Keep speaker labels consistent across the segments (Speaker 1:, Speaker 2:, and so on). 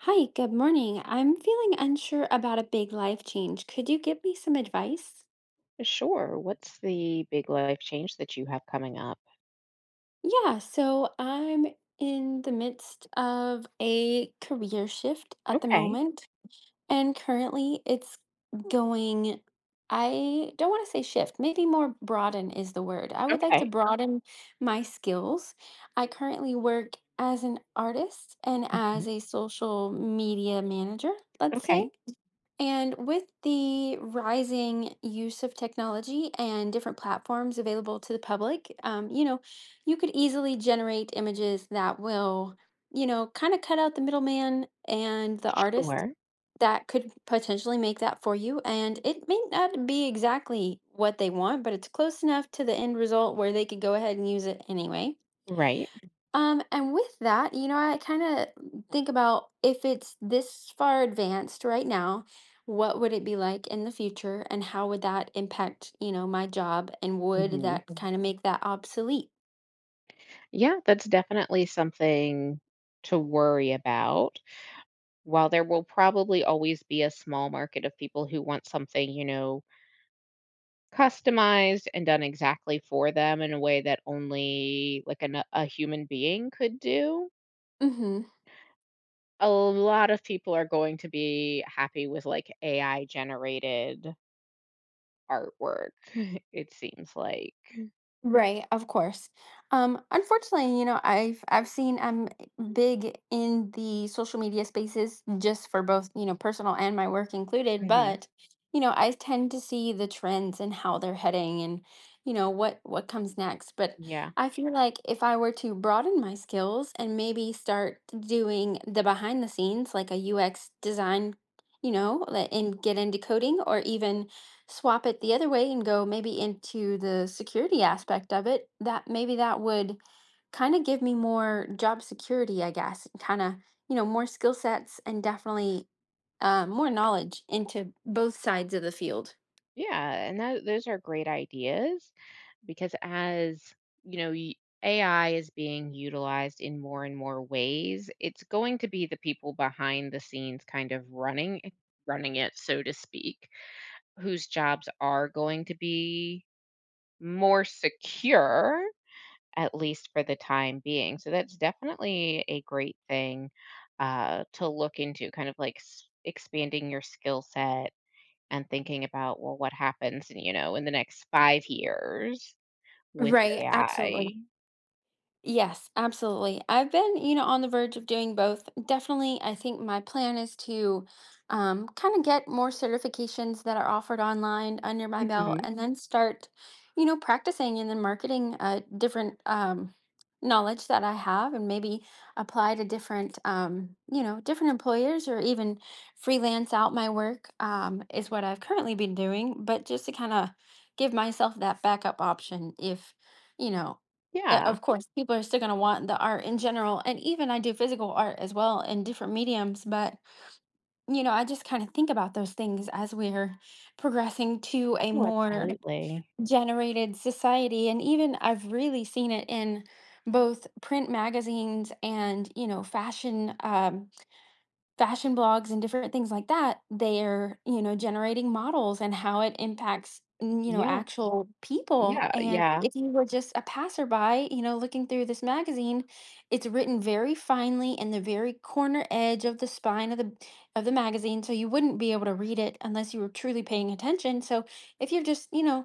Speaker 1: Hi, good morning. I'm feeling unsure about a big life change. Could you give me some advice?
Speaker 2: Sure. What's the big life change that you have coming up?
Speaker 1: Yeah. So I'm in the midst of a career shift at the
Speaker 2: Okay.
Speaker 1: moment, and currently it's going, I don't want to say shift, maybe more broaden is the word. I would like to
Speaker 2: Okay.
Speaker 1: broaden my skills. I currently work as an artist and as
Speaker 2: Mhm.
Speaker 1: a social media manager, let's say.
Speaker 2: Okay.
Speaker 1: And with the rising use of technology and different platforms available to the public, you could easily generate images that will, kind of cut out the middleman and the artist
Speaker 2: Sure.
Speaker 1: that could potentially make that for you. And it may not be exactly what they want, but it's close enough to the end result where they could go ahead and use it anyway.
Speaker 2: Right.
Speaker 1: And with that, I kind of think about if it's this far advanced right now, what would it be like in the future and how would that impact my job and would
Speaker 2: Hmm.
Speaker 1: that kind of make that obsolete?
Speaker 2: Yeah, that's definitely something to worry about. While there will probably always be a small market of people who want something, customized and done exactly for them in a way that only like a human being could do,
Speaker 1: Mhm.
Speaker 2: a lot of people are going to be happy with like AI generated artwork, it seems like.
Speaker 1: Right, of course. Unfortunately, I've seen I'm big in the social media spaces just for both, personal and my work included,
Speaker 2: Hmm.
Speaker 1: but you know, I tend to see the trends and how they're heading and you know what comes next. But
Speaker 2: Yeah.
Speaker 1: I feel like if I were to broaden my skills and maybe start doing the behind the scenes like a UX design, and get into coding or even swap it the other way and go maybe into the security aspect of it, that maybe that would kind of give me more job security, I guess, kind of, more skill sets and definitely more knowledge into both sides of the field.
Speaker 2: Yeah. And those are great ideas because as, you know, y- AI is being utilized in more and more ways, it's going to be the people behind the scenes kind of running it, so to speak, whose jobs are going to be more secure at least for the time being. So that's definitely a great thing to look into, kind of like expanding your skill set and thinking about, well, what happens, in the next 5 years with
Speaker 1: Right, absolutely.
Speaker 2: AI.
Speaker 1: Yes, absolutely. I've been, you know, on the verge of doing both. Definitely, I think my plan is to kind of get more certifications that are offered online under my belt
Speaker 2: Hmm.
Speaker 1: and then start practicing and then marketing different knowledge that I have and maybe apply to different different employers or even freelance out my work is what I've currently been doing. But just to kind of give myself that backup option if you know,
Speaker 2: Yeah.
Speaker 1: of course, people are still going to want the art in general. And even I do physical art as well in different mediums. But, you know, I just kind of think about those things as we're progressing to a
Speaker 2: Oh,
Speaker 1: more
Speaker 2: absolutely.
Speaker 1: generated society. And even I've really seen it in both print magazines and, you know, fashion. Fashion blogs and different things like that, they're, you know, generating models and how it impacts
Speaker 2: Yeah.
Speaker 1: actual people,
Speaker 2: Yeah.
Speaker 1: and
Speaker 2: Yeah.
Speaker 1: if you were just a passerby, you know, looking through this magazine, it's written very finely in the very corner edge of the spine of the magazine, so you wouldn't be able to read it unless you were truly paying attention, so if you're just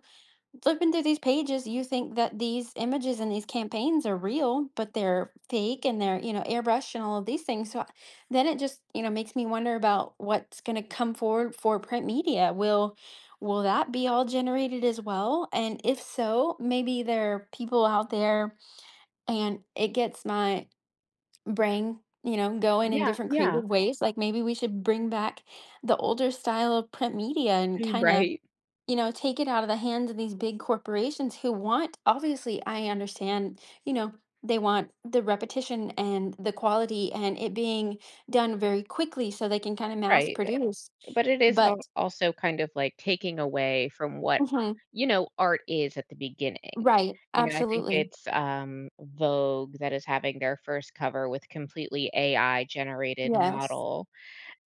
Speaker 1: flipping through these pages, you think that these images and these campaigns are real, but they're fake and they're, you know, airbrushed and all of these things. Then it just, you know, makes me wonder about what's going to come forward for print media. Will that be all generated as well? And if so, maybe there are people out there and it gets my brain, you know, going in
Speaker 2: Yeah.
Speaker 1: different
Speaker 2: Yeah.
Speaker 1: creative ways. Like maybe we should bring back the older style of print media and
Speaker 2: You're Right.
Speaker 1: take it out of the hands of these big corporations who want, obviously, I understand, you know, they want the repetition and the quality and it being done very quickly so they can kind of mass
Speaker 2: Right.
Speaker 1: produce.
Speaker 2: But it is
Speaker 1: But,
Speaker 2: al also kind of, like, taking away from what,
Speaker 1: mhm,
Speaker 2: art is at the beginning.
Speaker 1: right,
Speaker 2: You know, I think
Speaker 1: absolutely.
Speaker 2: it's, Vogue that is having their first cover with completely AI-generated
Speaker 1: Yes.
Speaker 2: model,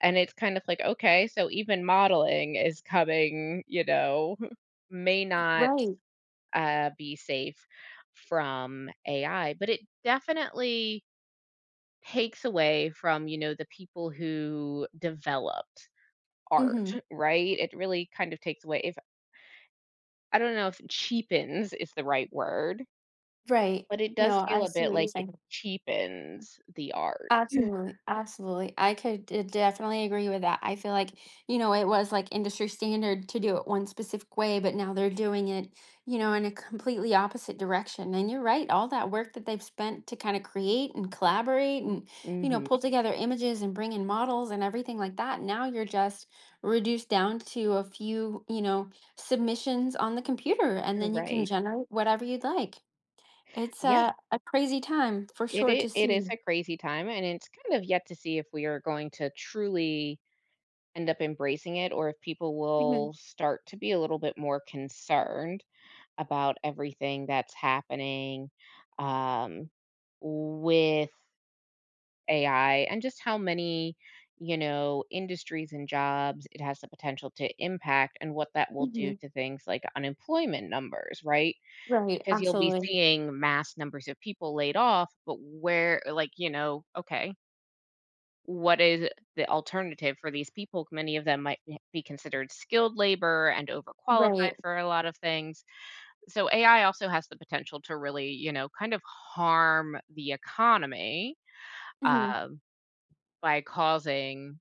Speaker 2: and it's kind of like, "Okay, so even modeling is coming, may not,
Speaker 1: Right.
Speaker 2: be safe from AI," but it definitely takes away from, the people who developed art,
Speaker 1: Hmm.
Speaker 2: right? It really kind of takes away if I don't know if cheapens is the right word,
Speaker 1: Right.
Speaker 2: but it does
Speaker 1: No,
Speaker 2: feel
Speaker 1: I
Speaker 2: a
Speaker 1: see
Speaker 2: bit
Speaker 1: what you're
Speaker 2: like it
Speaker 1: saying.
Speaker 2: cheapens the art.
Speaker 1: Absolutely, absolutely. I could definitely agree with that. I feel like, you know, it was like industry standard to do it one specific way, but now they're doing it, in a completely opposite direction. And you're right, all that work that they've spent to kind of create and collaborate and, you know,
Speaker 2: Hmm.
Speaker 1: pull together images and bring in models and everything like that. Now you're just reduced down to a few submissions on the computer, and then you can
Speaker 2: Right.
Speaker 1: generate whatever you'd like. It's
Speaker 2: Yeah.
Speaker 1: a crazy time for
Speaker 2: It
Speaker 1: sure to
Speaker 2: it it is
Speaker 1: see.
Speaker 2: a crazy time, and it's kind of yet to see if we are going to truly end up embracing it or if people
Speaker 1: Mhm,
Speaker 2: will start to be a little bit more concerned about everything that's happening, um, with AI and just how many, industries and jobs it has the potential to impact and what that will do
Speaker 1: mhm.
Speaker 2: to things like unemployment numbers, right?
Speaker 1: Right,
Speaker 2: Because you'll be
Speaker 1: absolutely.
Speaker 2: seeing mass numbers of people laid off, but where, like, okay, what is the alternative for these people? Many of them might be considered skilled labor and overqualified
Speaker 1: Right.
Speaker 2: for a lot of things. So AI also has the potential to really, kind of harm the economy
Speaker 1: Mhm.
Speaker 2: um, by causing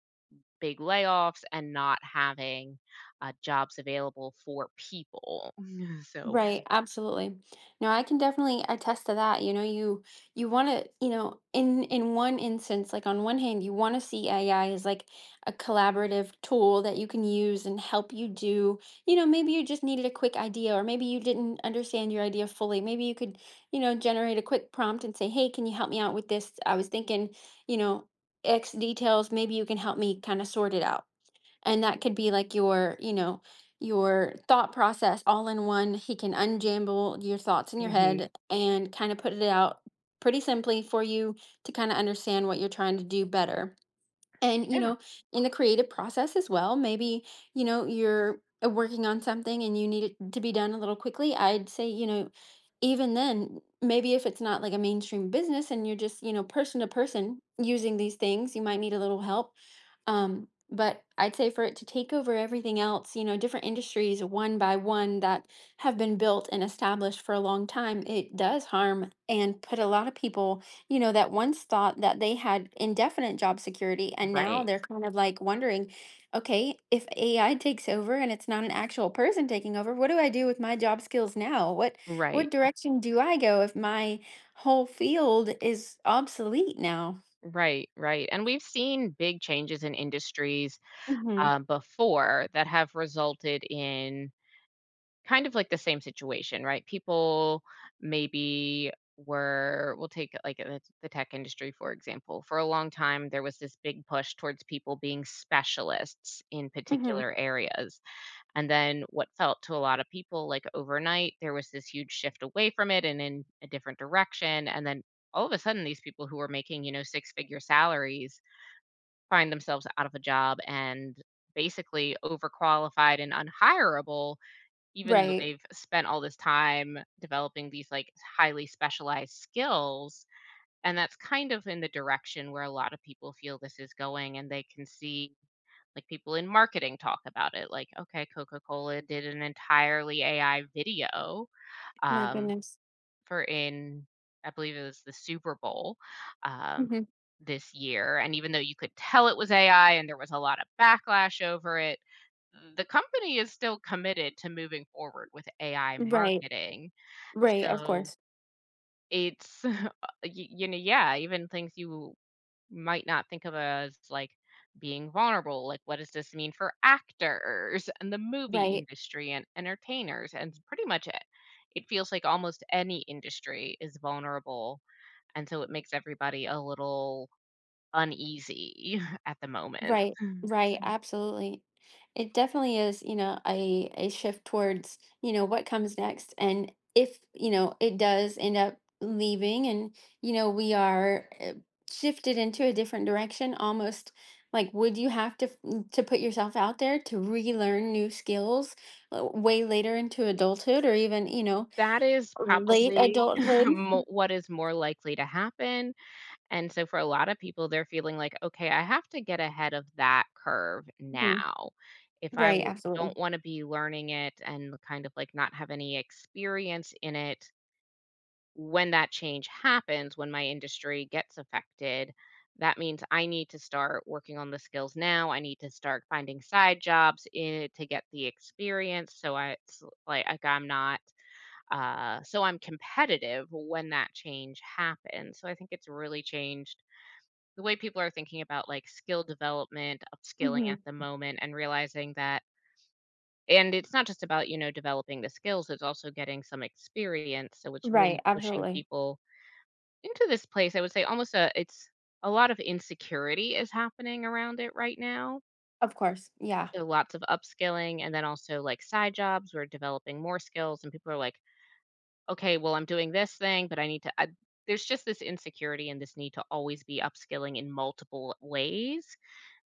Speaker 2: big layoffs and not having, jobs available for people. So.
Speaker 1: Right, absolutely. No, I can definitely attest to that. You know, you want to, you know, in one instance, like on one hand, you want to see AI as like a collaborative tool that you can use and help you do, you know, maybe you just needed a quick idea or maybe you didn't understand your idea fully. Maybe you could, you know, generate a quick prompt and say, "Hey, can you help me out with this? I was thinking, you know, X details, maybe you can help me kind of sort it out." And that could be like your, you know, your thought process all in one. He can unjamble your thoughts in your
Speaker 2: Mhm.
Speaker 1: head and kind of put it out pretty simply for you to kind of understand what you're trying to do better. And, you
Speaker 2: Yeah.
Speaker 1: know, in the creative process as well, maybe, you know, you're working on something and you need it to be done a little quickly. I'd say, you know, even then, maybe if it's not like a mainstream business and you're just, you know, person to person using these things, you might need a little help. But I'd say for it to take over everything else, you know, different industries one by one that have been built and established for a long time, it does harm and put a lot of people you know, that once thought that they had indefinite job security, and now
Speaker 2: Right.
Speaker 1: they're kind of like wondering, okay, if AI takes over and it's not an actual person taking over, what do I do with my job skills now? What
Speaker 2: Right.
Speaker 1: what direction do I go if my whole field is obsolete now?
Speaker 2: Right, right, and we've seen big changes in industries,
Speaker 1: Hmm.
Speaker 2: before that have resulted in kind of like the same situation, right? People maybe were we'll take, like, the tech industry, for example. For a long time, there was this big push towards people being specialists in
Speaker 1: Hmm.
Speaker 2: particular areas. And then what felt to a lot of people like overnight, there was this huge shift away from it and in a different direction. And then all of a sudden, these people who were making, six figure salaries find themselves out of a job and basically overqualified and unhireable, even though
Speaker 1: Right.
Speaker 2: they've spent all this time developing these like highly specialized skills. And that's kind of in the direction where a lot of people feel this is going. And they can see like, people in marketing talk about it, like, okay, Coca-Cola did an entirely AI video,
Speaker 1: My
Speaker 2: um,
Speaker 1: goodness.
Speaker 2: for in I believe it was the Super Bowl, um,
Speaker 1: Hmm.
Speaker 2: this year, and even though you could tell it was AI and there was a lot of backlash over it, the company is still committed to moving forward with AI
Speaker 1: Right.
Speaker 2: marketing.
Speaker 1: Right. Of
Speaker 2: So,
Speaker 1: course.
Speaker 2: it's y yeah, even things you might not think of as like being vulnerable. Like, what does this mean for actors and the movie
Speaker 1: Right.
Speaker 2: industry and entertainers? And pretty much it. It feels like almost any industry is vulnerable. And so it makes everybody a little uneasy at the moment.
Speaker 1: Right, right, mhm, absolutely. It definitely is, you know, a shift towards, you know, what comes next. And if, you know, it does end up leaving and, you know, we are shifted into a different direction, almost like would you have to to put yourself out there to relearn new skills way later into adulthood or even, you know,
Speaker 2: That is
Speaker 1: late
Speaker 2: probably
Speaker 1: adulthood?
Speaker 2: what is more likely to happen. And so for a lot of people, they're feeling like, okay, I have to get ahead of that curve
Speaker 1: Mhm.
Speaker 2: now. If I
Speaker 1: Right, absolutely.
Speaker 2: don't want to be learning it and kind of like not have any experience in it when that change happens, when my industry gets affected, that means I need to start working on the skills now. I need to start finding side jobs in it to get the experience. So it's like, I'm not so I'm competitive when that change happens. So I think it's really changed the way people are thinking about like skill development, upskilling at
Speaker 1: Hmm.
Speaker 2: the moment, and realizing that, and it's not just about, developing the skills, it's also getting some experience. So it's really
Speaker 1: Right,
Speaker 2: pushing
Speaker 1: absolutely.
Speaker 2: people into this place. I would say almost it's a lot of insecurity is happening around it right now.
Speaker 1: Of course. Yeah.
Speaker 2: So lots of upskilling and then also like side jobs. We're developing more skills, and people are like, okay, well, I'm doing this thing, but I need to, there's just this insecurity and this need to always be upskilling in multiple ways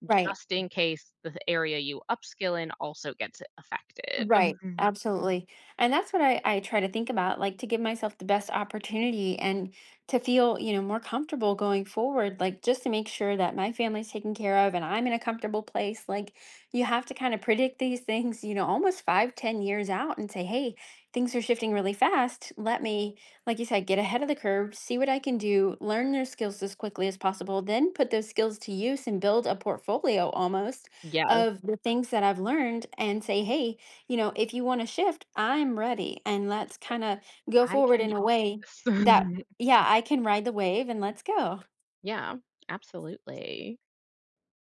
Speaker 1: Right.
Speaker 2: just in case the area you upskill in also gets affected.
Speaker 1: Right,
Speaker 2: Mhm.
Speaker 1: absolutely. And that's what I try to think about, like to give myself the best opportunity and to feel, you know, more comfortable going forward, like just to make sure that my family's taken care of and I'm in a comfortable place. Like you have to kind of predict these things, you know, almost 5, 10 years out and say, hey, things are shifting really fast. Let me, like you said, get ahead of the curve, see what I can do, learn their skills as quickly as possible, then put those skills to use and build a portfolio almost
Speaker 2: Yeah, I was
Speaker 1: of the things that I've learned and say, hey, you know, if you want to shift, I'm ready. And let's
Speaker 2: like,
Speaker 1: kind of go
Speaker 2: I
Speaker 1: forward
Speaker 2: can do
Speaker 1: in a way that,
Speaker 2: this.
Speaker 1: yeah, I can ride the wave and let's go.
Speaker 2: Yeah, absolutely.